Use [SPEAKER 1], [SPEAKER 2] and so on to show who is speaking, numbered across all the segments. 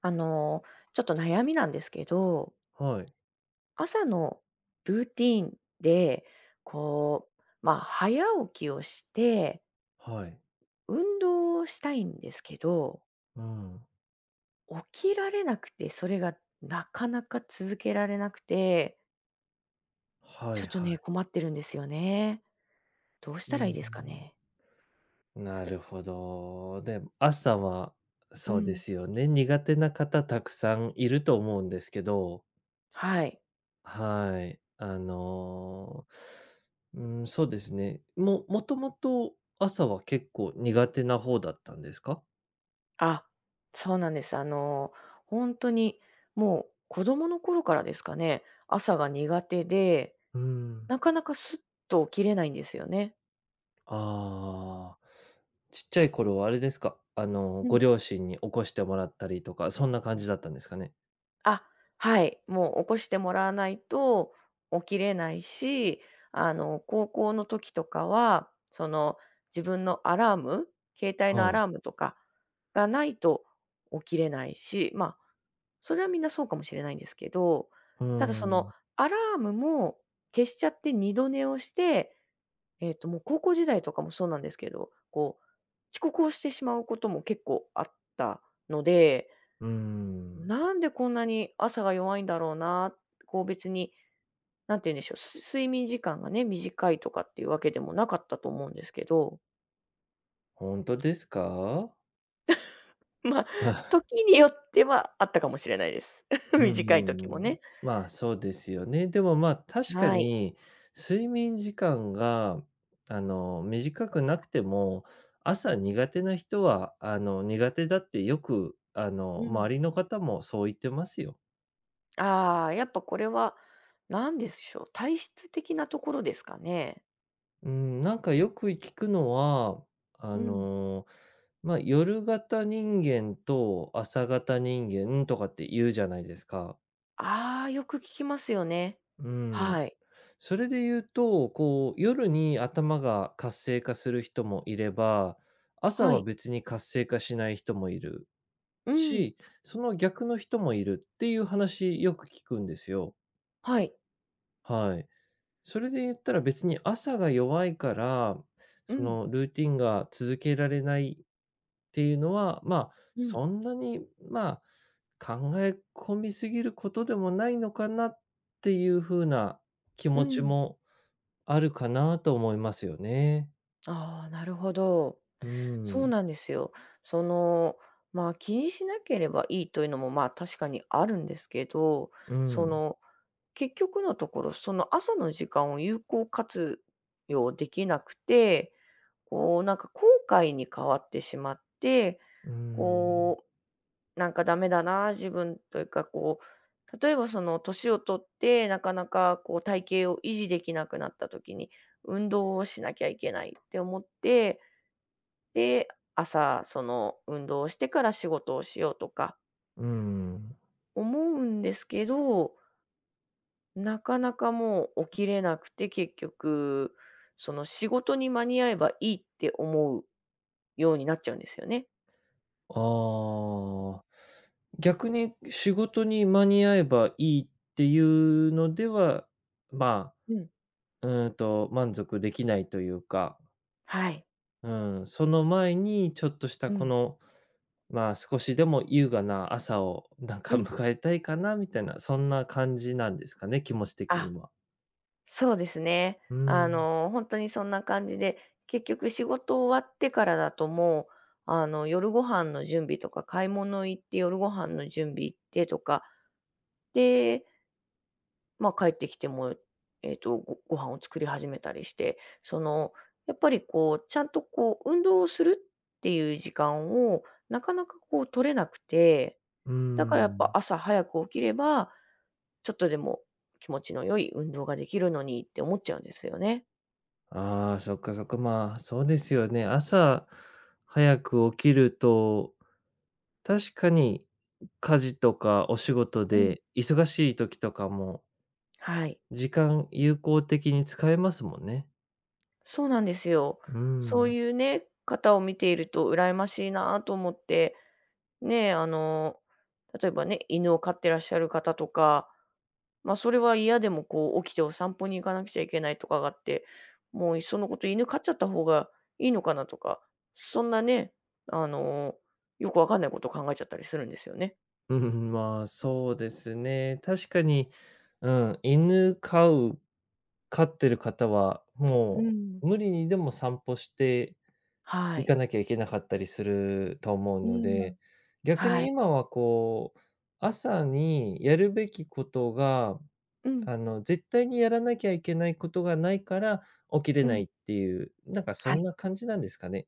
[SPEAKER 1] あの、ちょっと悩みなんですけど、
[SPEAKER 2] はい、
[SPEAKER 1] 朝のルーティーンで、早起きをして、
[SPEAKER 2] はい。
[SPEAKER 1] 運動をしたいんですけど、
[SPEAKER 2] うん。
[SPEAKER 1] 起きられなくて、それがなかなか続けられなくて、
[SPEAKER 2] は
[SPEAKER 1] ち
[SPEAKER 2] い
[SPEAKER 1] ょっと
[SPEAKER 2] は
[SPEAKER 1] ね、
[SPEAKER 2] い。
[SPEAKER 1] 困ってるんですよね。どうし
[SPEAKER 2] う
[SPEAKER 1] たらいい
[SPEAKER 2] ん。
[SPEAKER 1] ですかね？
[SPEAKER 2] なるほど。で、朝は、
[SPEAKER 1] う
[SPEAKER 2] そうで
[SPEAKER 1] ん。
[SPEAKER 2] すよね、苦手な方たくさんいると思うんですけど、
[SPEAKER 1] はい。
[SPEAKER 2] はい。そうですね。もともと朝は結構苦手な方だったんですか？
[SPEAKER 1] あ、そうなんです。本当にもう子供の頃からですかね、朝が苦手で、
[SPEAKER 2] うん。
[SPEAKER 1] なかなかスッと起きれないんですよね。
[SPEAKER 2] ああ、ちっちゃい頃はあれですか、
[SPEAKER 1] う
[SPEAKER 2] ご
[SPEAKER 1] ん。
[SPEAKER 2] 両親に起こしてもらったりとか、そんな感じだったんですかね？
[SPEAKER 1] あ、はい、もう起こしてもらわないと起きれないし、高校の時とかは、自分のアラーム、携帯のア
[SPEAKER 2] はい。
[SPEAKER 1] ラームとかがないと起きれないし、まあ、それはみんなそうかもしれないんですけど、
[SPEAKER 2] う
[SPEAKER 1] ただその
[SPEAKER 2] ん。
[SPEAKER 1] アラームも消しちゃって二度寝をしてもう高校時代とかもそうなんですけど、こう、遅刻をしてしまうことも結構あったので、
[SPEAKER 2] うーん、
[SPEAKER 1] なんでこんなに朝が弱いんだろうな、こう別に、なんて言うんでしょう、睡眠時間がね、短いとかっていうわけでもなかったと思うんですけど、
[SPEAKER 2] 本当ですか？
[SPEAKER 1] まあ、
[SPEAKER 2] あ
[SPEAKER 1] 時によってはあったかもしれないです。
[SPEAKER 2] うんう
[SPEAKER 1] 短い時も
[SPEAKER 2] んうん。
[SPEAKER 1] ね。
[SPEAKER 2] まあ、そうですよね。でも、まあ、確か
[SPEAKER 1] はい。
[SPEAKER 2] に睡眠時間が、短くなくても、朝苦手な人は、苦手だってよく、
[SPEAKER 1] うん。
[SPEAKER 2] 周りの方もそう言ってますよ。
[SPEAKER 1] ああ、やっぱこれは、何でしょう、体質的なところですかね。
[SPEAKER 2] うん、なんかよく聞くのは、あ
[SPEAKER 1] うん。
[SPEAKER 2] の、まあ、夜型人間と朝型人間とかって言うじゃないですか。
[SPEAKER 1] ああ、よく聞きますよね。
[SPEAKER 2] うん。
[SPEAKER 1] はい。
[SPEAKER 2] それで言うと、こう、夜に頭が活性化する人もいれば、朝
[SPEAKER 1] は
[SPEAKER 2] は
[SPEAKER 1] い。
[SPEAKER 2] 別に活性化しない人もいる
[SPEAKER 1] うん。
[SPEAKER 2] し、その逆の人もいるっていう話よく聞くんですよ。
[SPEAKER 1] はい。
[SPEAKER 2] はい。それで言ったら別に朝が弱いから、
[SPEAKER 1] う
[SPEAKER 2] そ
[SPEAKER 1] ん。
[SPEAKER 2] のルーティンが続けられないっていうのは、まあ、
[SPEAKER 1] うん。
[SPEAKER 2] そんなに、まあ、考え込みすぎることでもないのかなっていうふうな気
[SPEAKER 1] う
[SPEAKER 2] 持ち
[SPEAKER 1] ん。
[SPEAKER 2] もあるかなと思いますよね。
[SPEAKER 1] ああ、なるほど。
[SPEAKER 2] う
[SPEAKER 1] そう
[SPEAKER 2] ん、
[SPEAKER 1] なんですよ。その、まあ、気にしなければいいというのも、まあ、確かにあるんですけど、
[SPEAKER 2] う
[SPEAKER 1] そ
[SPEAKER 2] ん、
[SPEAKER 1] の、結局のところ、その朝の時間を有効活用できなくて、こう、なんか後悔に変わってしまって、
[SPEAKER 2] うん、
[SPEAKER 1] こうなんかダメだな、自分というか、こう、例えばその年を取って、なかなかこう体型を維持できなくなった時に、運動をしなきゃいけないって思って、で、朝その運動をしてから仕事をしようとか
[SPEAKER 2] うん。
[SPEAKER 1] 思うんですけど、なかなかもう起きれなくて、結局、その仕事に間に合えばいいって思うようになっちゃうんですよね。
[SPEAKER 2] ああ、逆に仕事に間に合えばいいっていうのでは、ま
[SPEAKER 1] うん。
[SPEAKER 2] あ、満足できないというか、
[SPEAKER 1] はい。
[SPEAKER 2] うん、その前にちょっとした
[SPEAKER 1] う
[SPEAKER 2] こ
[SPEAKER 1] ん。
[SPEAKER 2] の、まあ、少しでも優雅な朝をなん
[SPEAKER 1] う
[SPEAKER 2] か
[SPEAKER 1] ん。
[SPEAKER 2] 迎えたいかなみたいな、そんな感じなんですかね、気持ち的
[SPEAKER 1] あ
[SPEAKER 2] には。
[SPEAKER 1] そうですね。
[SPEAKER 2] うん、
[SPEAKER 1] 本当にそんな感じで、結局仕事終わってからだともう、夜ご飯の準備とか、買い物行って夜ご飯の準備行ってとか、で、ま、帰ってきても、ご飯を作り始めたりして、その、やっぱりこう、ちゃんとこう運動をするっていう時間を、なかなかこう取れなくて、
[SPEAKER 2] う
[SPEAKER 1] だからやっぱ
[SPEAKER 2] ん。
[SPEAKER 1] 朝早く起きれば、ちょっとでも気持ちの良い運動ができるのにって思っちゃうんですよね。
[SPEAKER 2] ああ、そっかそっか。まあ、そうですよね。朝早く起きると、確かに家事とかお仕事
[SPEAKER 1] うん。
[SPEAKER 2] で忙しい時とかも、
[SPEAKER 1] はい、
[SPEAKER 2] 時間有効的に使えますもんね。
[SPEAKER 1] そうなんですよ。
[SPEAKER 2] う
[SPEAKER 1] そう
[SPEAKER 2] ん。
[SPEAKER 1] いうね、方を見ていると羨ましいなと思って、ね、例えばね、犬を飼ってらっしゃる方とか、まあ、それは嫌でもこう起きてお散歩に行かなくちゃいけないとかがあって、もういっそのこと犬飼っちゃった方がいいのかなとか、そんなね、あの、よくわかんないことを考えちゃったりするんですよね。
[SPEAKER 2] うん、まあ、そうですね。確かに、うん、犬飼う飼ってる方は、
[SPEAKER 1] う
[SPEAKER 2] も
[SPEAKER 1] ん。
[SPEAKER 2] う無理にでも散歩して
[SPEAKER 1] は
[SPEAKER 2] 行
[SPEAKER 1] い。
[SPEAKER 2] かなきゃいけなかったりすると思う
[SPEAKER 1] う
[SPEAKER 2] の
[SPEAKER 1] ん。
[SPEAKER 2] で、逆
[SPEAKER 1] は
[SPEAKER 2] に
[SPEAKER 1] い。
[SPEAKER 2] 今はこう、朝にやるべきことが、
[SPEAKER 1] うん、
[SPEAKER 2] 絶対にやらなきゃいけないことがないから起きれ
[SPEAKER 1] う
[SPEAKER 2] ない
[SPEAKER 1] ん。
[SPEAKER 2] っていう、なんかそ
[SPEAKER 1] は
[SPEAKER 2] ん
[SPEAKER 1] い。
[SPEAKER 2] な感じなんですかね。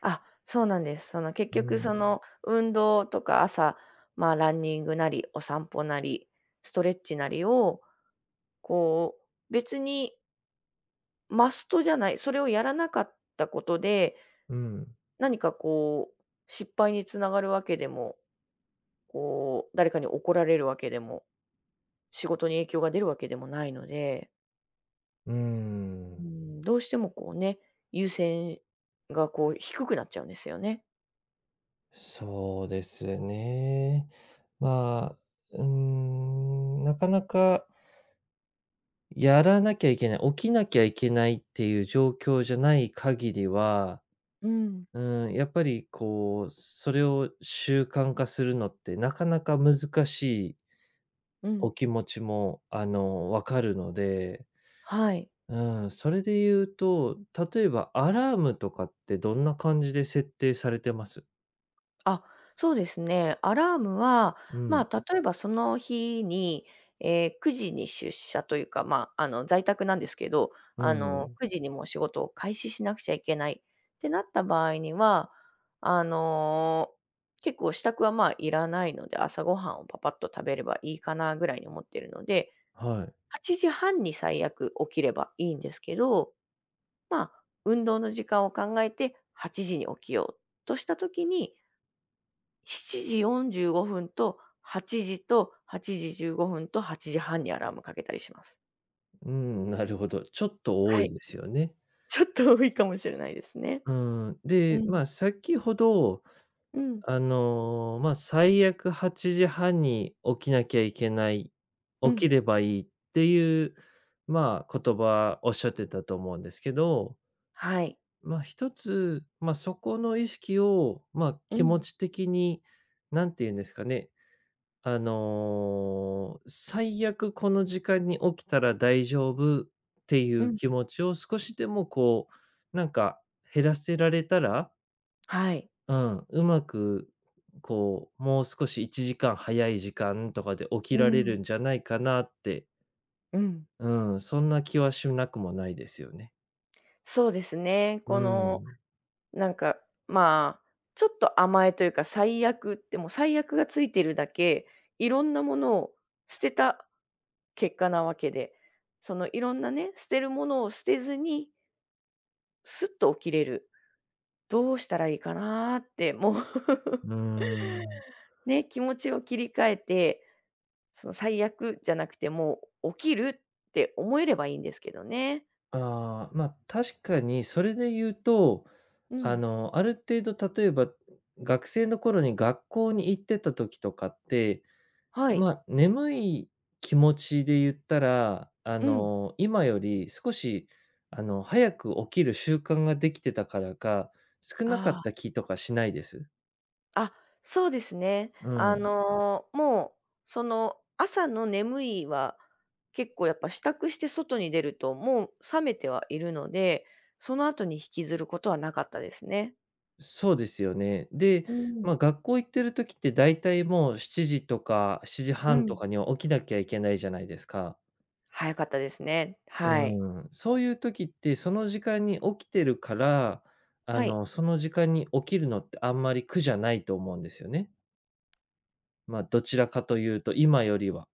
[SPEAKER 1] あ、そうなんです。その結
[SPEAKER 2] う
[SPEAKER 1] 局そ
[SPEAKER 2] ん、
[SPEAKER 1] の運動とか朝、まあ、ランニングなり、お散歩なり、ストレッチなりを、こう、別にマストじゃない、それをやらなかったことで、
[SPEAKER 2] うん、
[SPEAKER 1] 何かこう、失敗につながるわけでも、こう、誰かに怒られるわけでも、仕事に影響が出るわけでもないので、
[SPEAKER 2] う
[SPEAKER 1] う
[SPEAKER 2] ん。
[SPEAKER 1] ん、どうしてもこうね、優先がこう低くなっちゃうんですよね。
[SPEAKER 2] そうですね。まあ、なかなかやらなきゃいけない、起きなきゃいけないっていう状況じゃない限りは、
[SPEAKER 1] うん、
[SPEAKER 2] うん、やっぱりこう、それを習慣化するのってなかなか難しい
[SPEAKER 1] う
[SPEAKER 2] お
[SPEAKER 1] ん、
[SPEAKER 2] 気持ちも、わかるので、
[SPEAKER 1] はい。
[SPEAKER 2] うん、それで言うと、例えばアラームとかってどんな感じで設定されてます？
[SPEAKER 1] あ、そうですね。アラームは、
[SPEAKER 2] うん、
[SPEAKER 1] まあ、例えばその日に、ええ、9時に出社というか、まあ、在宅なんですけど、
[SPEAKER 2] うん、
[SPEAKER 1] 9時にもう仕事を開始しなくちゃいけないってなった場合には、あの、結構支度は、まあ、いらないので、朝ごはんをパパッと食べればいいかなぐらいに思ってるので、
[SPEAKER 2] はい。
[SPEAKER 1] 8時半に最悪起きればいいんですけど、まあ、運動の時間を考えて8時に起きようとした時に7時45分と8時と8時15分と8時半にアラームかけたりします。
[SPEAKER 2] うん、なるほど。ちょっと多
[SPEAKER 1] は
[SPEAKER 2] い
[SPEAKER 1] い。
[SPEAKER 2] ですよね。
[SPEAKER 1] ちょっと多いかもしれないですね。
[SPEAKER 2] うん、
[SPEAKER 1] う
[SPEAKER 2] で、
[SPEAKER 1] ん。
[SPEAKER 2] まあ、先ほど
[SPEAKER 1] うん。
[SPEAKER 2] まあ、最悪8時半に起きなきゃいけない、
[SPEAKER 1] う
[SPEAKER 2] 起
[SPEAKER 1] ん。
[SPEAKER 2] きればいいっていう、まあ、言葉おっしゃってたと思うんですけど、
[SPEAKER 1] はい。
[SPEAKER 2] まあ、一つ、まあ、そこの意識を、まあ、
[SPEAKER 1] う
[SPEAKER 2] 気持
[SPEAKER 1] ん。
[SPEAKER 2] ち的に、なんて言うんですかね、最悪この時間に起きたら大丈夫ってい
[SPEAKER 1] う
[SPEAKER 2] う
[SPEAKER 1] ん。
[SPEAKER 2] 気持ちを少しでもこう、なんか減らせられたら、
[SPEAKER 1] はい。
[SPEAKER 2] うん、うまく、こう、もう少し1時間早い時間とかで起き
[SPEAKER 1] う
[SPEAKER 2] られ
[SPEAKER 1] ん。
[SPEAKER 2] るんじゃないかなって、
[SPEAKER 1] うん。
[SPEAKER 2] うん、そんな気はしなくもないですよね。
[SPEAKER 1] そうですね。
[SPEAKER 2] う
[SPEAKER 1] この、
[SPEAKER 2] ん。
[SPEAKER 1] なんか、まあ、ちょっと甘えというか、最悪って、もう最悪がついてるだけ、いろんなものを捨てた結果なわけで、そのいろんなね、捨てるものを捨てずに、すっと起きれる。どうしたらいいかなって、もう
[SPEAKER 2] う ーん。
[SPEAKER 1] ね、気持ちを切り替えて、その最悪じゃなくて、もう起きるって思えればいいんですけどね。
[SPEAKER 2] ああ、ま、確かにそれで言うと、
[SPEAKER 1] うん。
[SPEAKER 2] ある程度例えば、学生の頃に学校に行ってた時とかって、
[SPEAKER 1] はい。
[SPEAKER 2] まあ、眠い気持ちで言ったら、
[SPEAKER 1] うん。
[SPEAKER 2] 今より少し、早く起きる習慣ができてたからか、少なかっ
[SPEAKER 1] あ
[SPEAKER 2] た気とかしないです。
[SPEAKER 1] あ、あ、そうですね。
[SPEAKER 2] うん。
[SPEAKER 1] もう、その、朝の眠いは、結構やっぱ支度して外に出ると、もう覚めてはいるので、その後に引きずることはなかったですね。
[SPEAKER 2] そうですよね。で、
[SPEAKER 1] う
[SPEAKER 2] ま
[SPEAKER 1] ん。
[SPEAKER 2] あ、学校行ってる時ってだいたいもう7時とか7
[SPEAKER 1] う
[SPEAKER 2] 時半と
[SPEAKER 1] ん。
[SPEAKER 2] かには起きなきゃいけないじゃないですか。
[SPEAKER 1] 早かったですね。はい。
[SPEAKER 2] うん。そういう時って、その時間に起きてるから、
[SPEAKER 1] はい。
[SPEAKER 2] その時間に起きるのってあんまり苦じゃないと思うんですよね。まあ、どちらかというと、今よりは、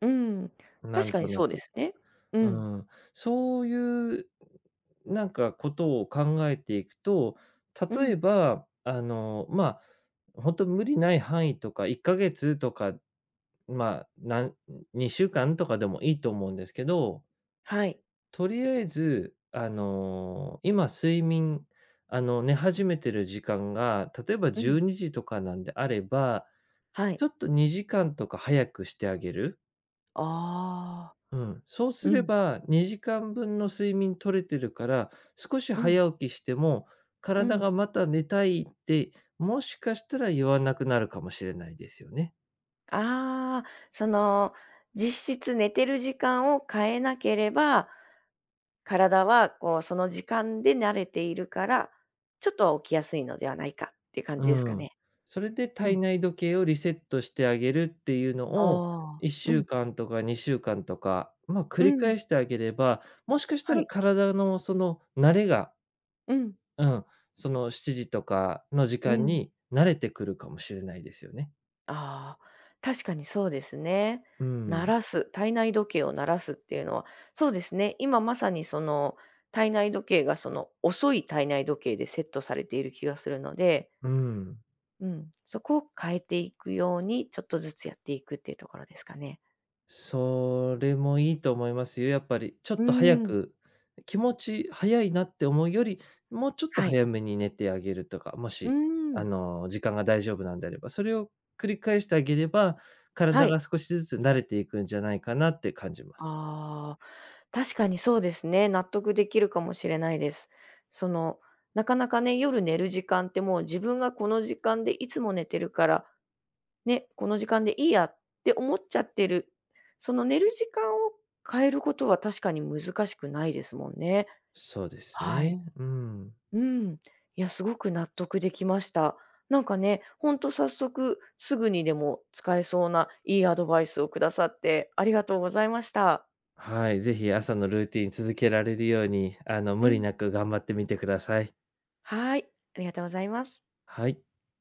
[SPEAKER 1] うん、
[SPEAKER 2] な
[SPEAKER 1] 確
[SPEAKER 2] ん
[SPEAKER 1] かに
[SPEAKER 2] とな
[SPEAKER 1] そうで
[SPEAKER 2] く。
[SPEAKER 1] すね。う
[SPEAKER 2] う
[SPEAKER 1] ん、
[SPEAKER 2] ん。そういう、なんかことを考えていくと、
[SPEAKER 1] う
[SPEAKER 2] 例え
[SPEAKER 1] ん、
[SPEAKER 2] ば、本当無理ない範囲とか、1ヶ月とか、まあ、2週間とかでもいいと思うんですけど、
[SPEAKER 1] はい、
[SPEAKER 2] とりあえず、あの、今睡眠、あの、寝始めてる時間が、例えば
[SPEAKER 1] うん、
[SPEAKER 2] 12時とかなんであれば、
[SPEAKER 1] は
[SPEAKER 2] ち
[SPEAKER 1] い。
[SPEAKER 2] ょっと2時間とか早くしてあげる。
[SPEAKER 1] ああ、
[SPEAKER 2] うん、そうす
[SPEAKER 1] う
[SPEAKER 2] れ
[SPEAKER 1] ん、
[SPEAKER 2] ば、2時間分の睡眠取れてるから、少し
[SPEAKER 1] うん、
[SPEAKER 2] 早起きしても、
[SPEAKER 1] う
[SPEAKER 2] 体
[SPEAKER 1] ん。
[SPEAKER 2] がまた寝たいって、もしかしたら言わなくなるかもしれないですよね。
[SPEAKER 1] ああ、その、実質寝てる時間を変えなければ、体はこう、その時間で慣れているから、ちょっとは起きやすいのではないかっていう感
[SPEAKER 2] う
[SPEAKER 1] じですか
[SPEAKER 2] ん。
[SPEAKER 1] ね。
[SPEAKER 2] それで
[SPEAKER 1] うん。
[SPEAKER 2] 体内時計をリセットしてあげるっていう
[SPEAKER 1] あ
[SPEAKER 2] のを、
[SPEAKER 1] あ、
[SPEAKER 2] 1
[SPEAKER 1] う
[SPEAKER 2] 週
[SPEAKER 1] ん、
[SPEAKER 2] 間とか2週間とか、まあ、繰
[SPEAKER 1] う
[SPEAKER 2] り
[SPEAKER 1] ん、
[SPEAKER 2] 返してあげれば、もしかした
[SPEAKER 1] は
[SPEAKER 2] ら
[SPEAKER 1] い、
[SPEAKER 2] 体のその慣れが、
[SPEAKER 1] うん、
[SPEAKER 2] うん、その7時とかの時
[SPEAKER 1] う
[SPEAKER 2] 間
[SPEAKER 1] ん。
[SPEAKER 2] に慣れてくるかもしれないですよね。
[SPEAKER 1] ああ、確かにそうですね。
[SPEAKER 2] う
[SPEAKER 1] 鳴
[SPEAKER 2] ん、
[SPEAKER 1] らす、体内時計を鳴らすっていうのは、そうですね、今まさにその体内時計がその遅い体内時計でセットされている気がするので、
[SPEAKER 2] うん。
[SPEAKER 1] うん、そこを変えていくようにちょっとずつやっていくっていうところですかね。
[SPEAKER 2] それもいいと思いますよ、やっぱり。ちょ
[SPEAKER 1] うー
[SPEAKER 2] っと早
[SPEAKER 1] ん、
[SPEAKER 2] く、気持ち早いなって思うより、もうちょっと
[SPEAKER 1] はい。
[SPEAKER 2] 早めに寝てあげるとか、も
[SPEAKER 1] うー
[SPEAKER 2] し、
[SPEAKER 1] ん、
[SPEAKER 2] 時間が大丈夫なんであれば、それを繰り返してあげれば、
[SPEAKER 1] は
[SPEAKER 2] 体
[SPEAKER 1] い。
[SPEAKER 2] が少しずつ慣れていくんじゃないかなって感じます。
[SPEAKER 1] ああ、確かにそうですね。納得できるかもしれないです。その、なかなかね、夜寝る時間ってもう自分がこの時間でいつも寝てるからね、この時間でいいやって思っちゃってる、その寝る時間を変えることは確かに難しくないですもんね。
[SPEAKER 2] そうです
[SPEAKER 1] はい。
[SPEAKER 2] ね。うん。
[SPEAKER 1] うん。いや、すごく納得できました。なんかね、ほんと早速すぐにでも使えそうないいアドバイスをくださってありがとうございました。
[SPEAKER 2] はい、ぜひ朝のルーティン続けられるように、
[SPEAKER 1] う
[SPEAKER 2] 無理
[SPEAKER 1] ん。
[SPEAKER 2] なく頑張ってみてください。
[SPEAKER 1] はい、ありがとうございます。
[SPEAKER 2] はい。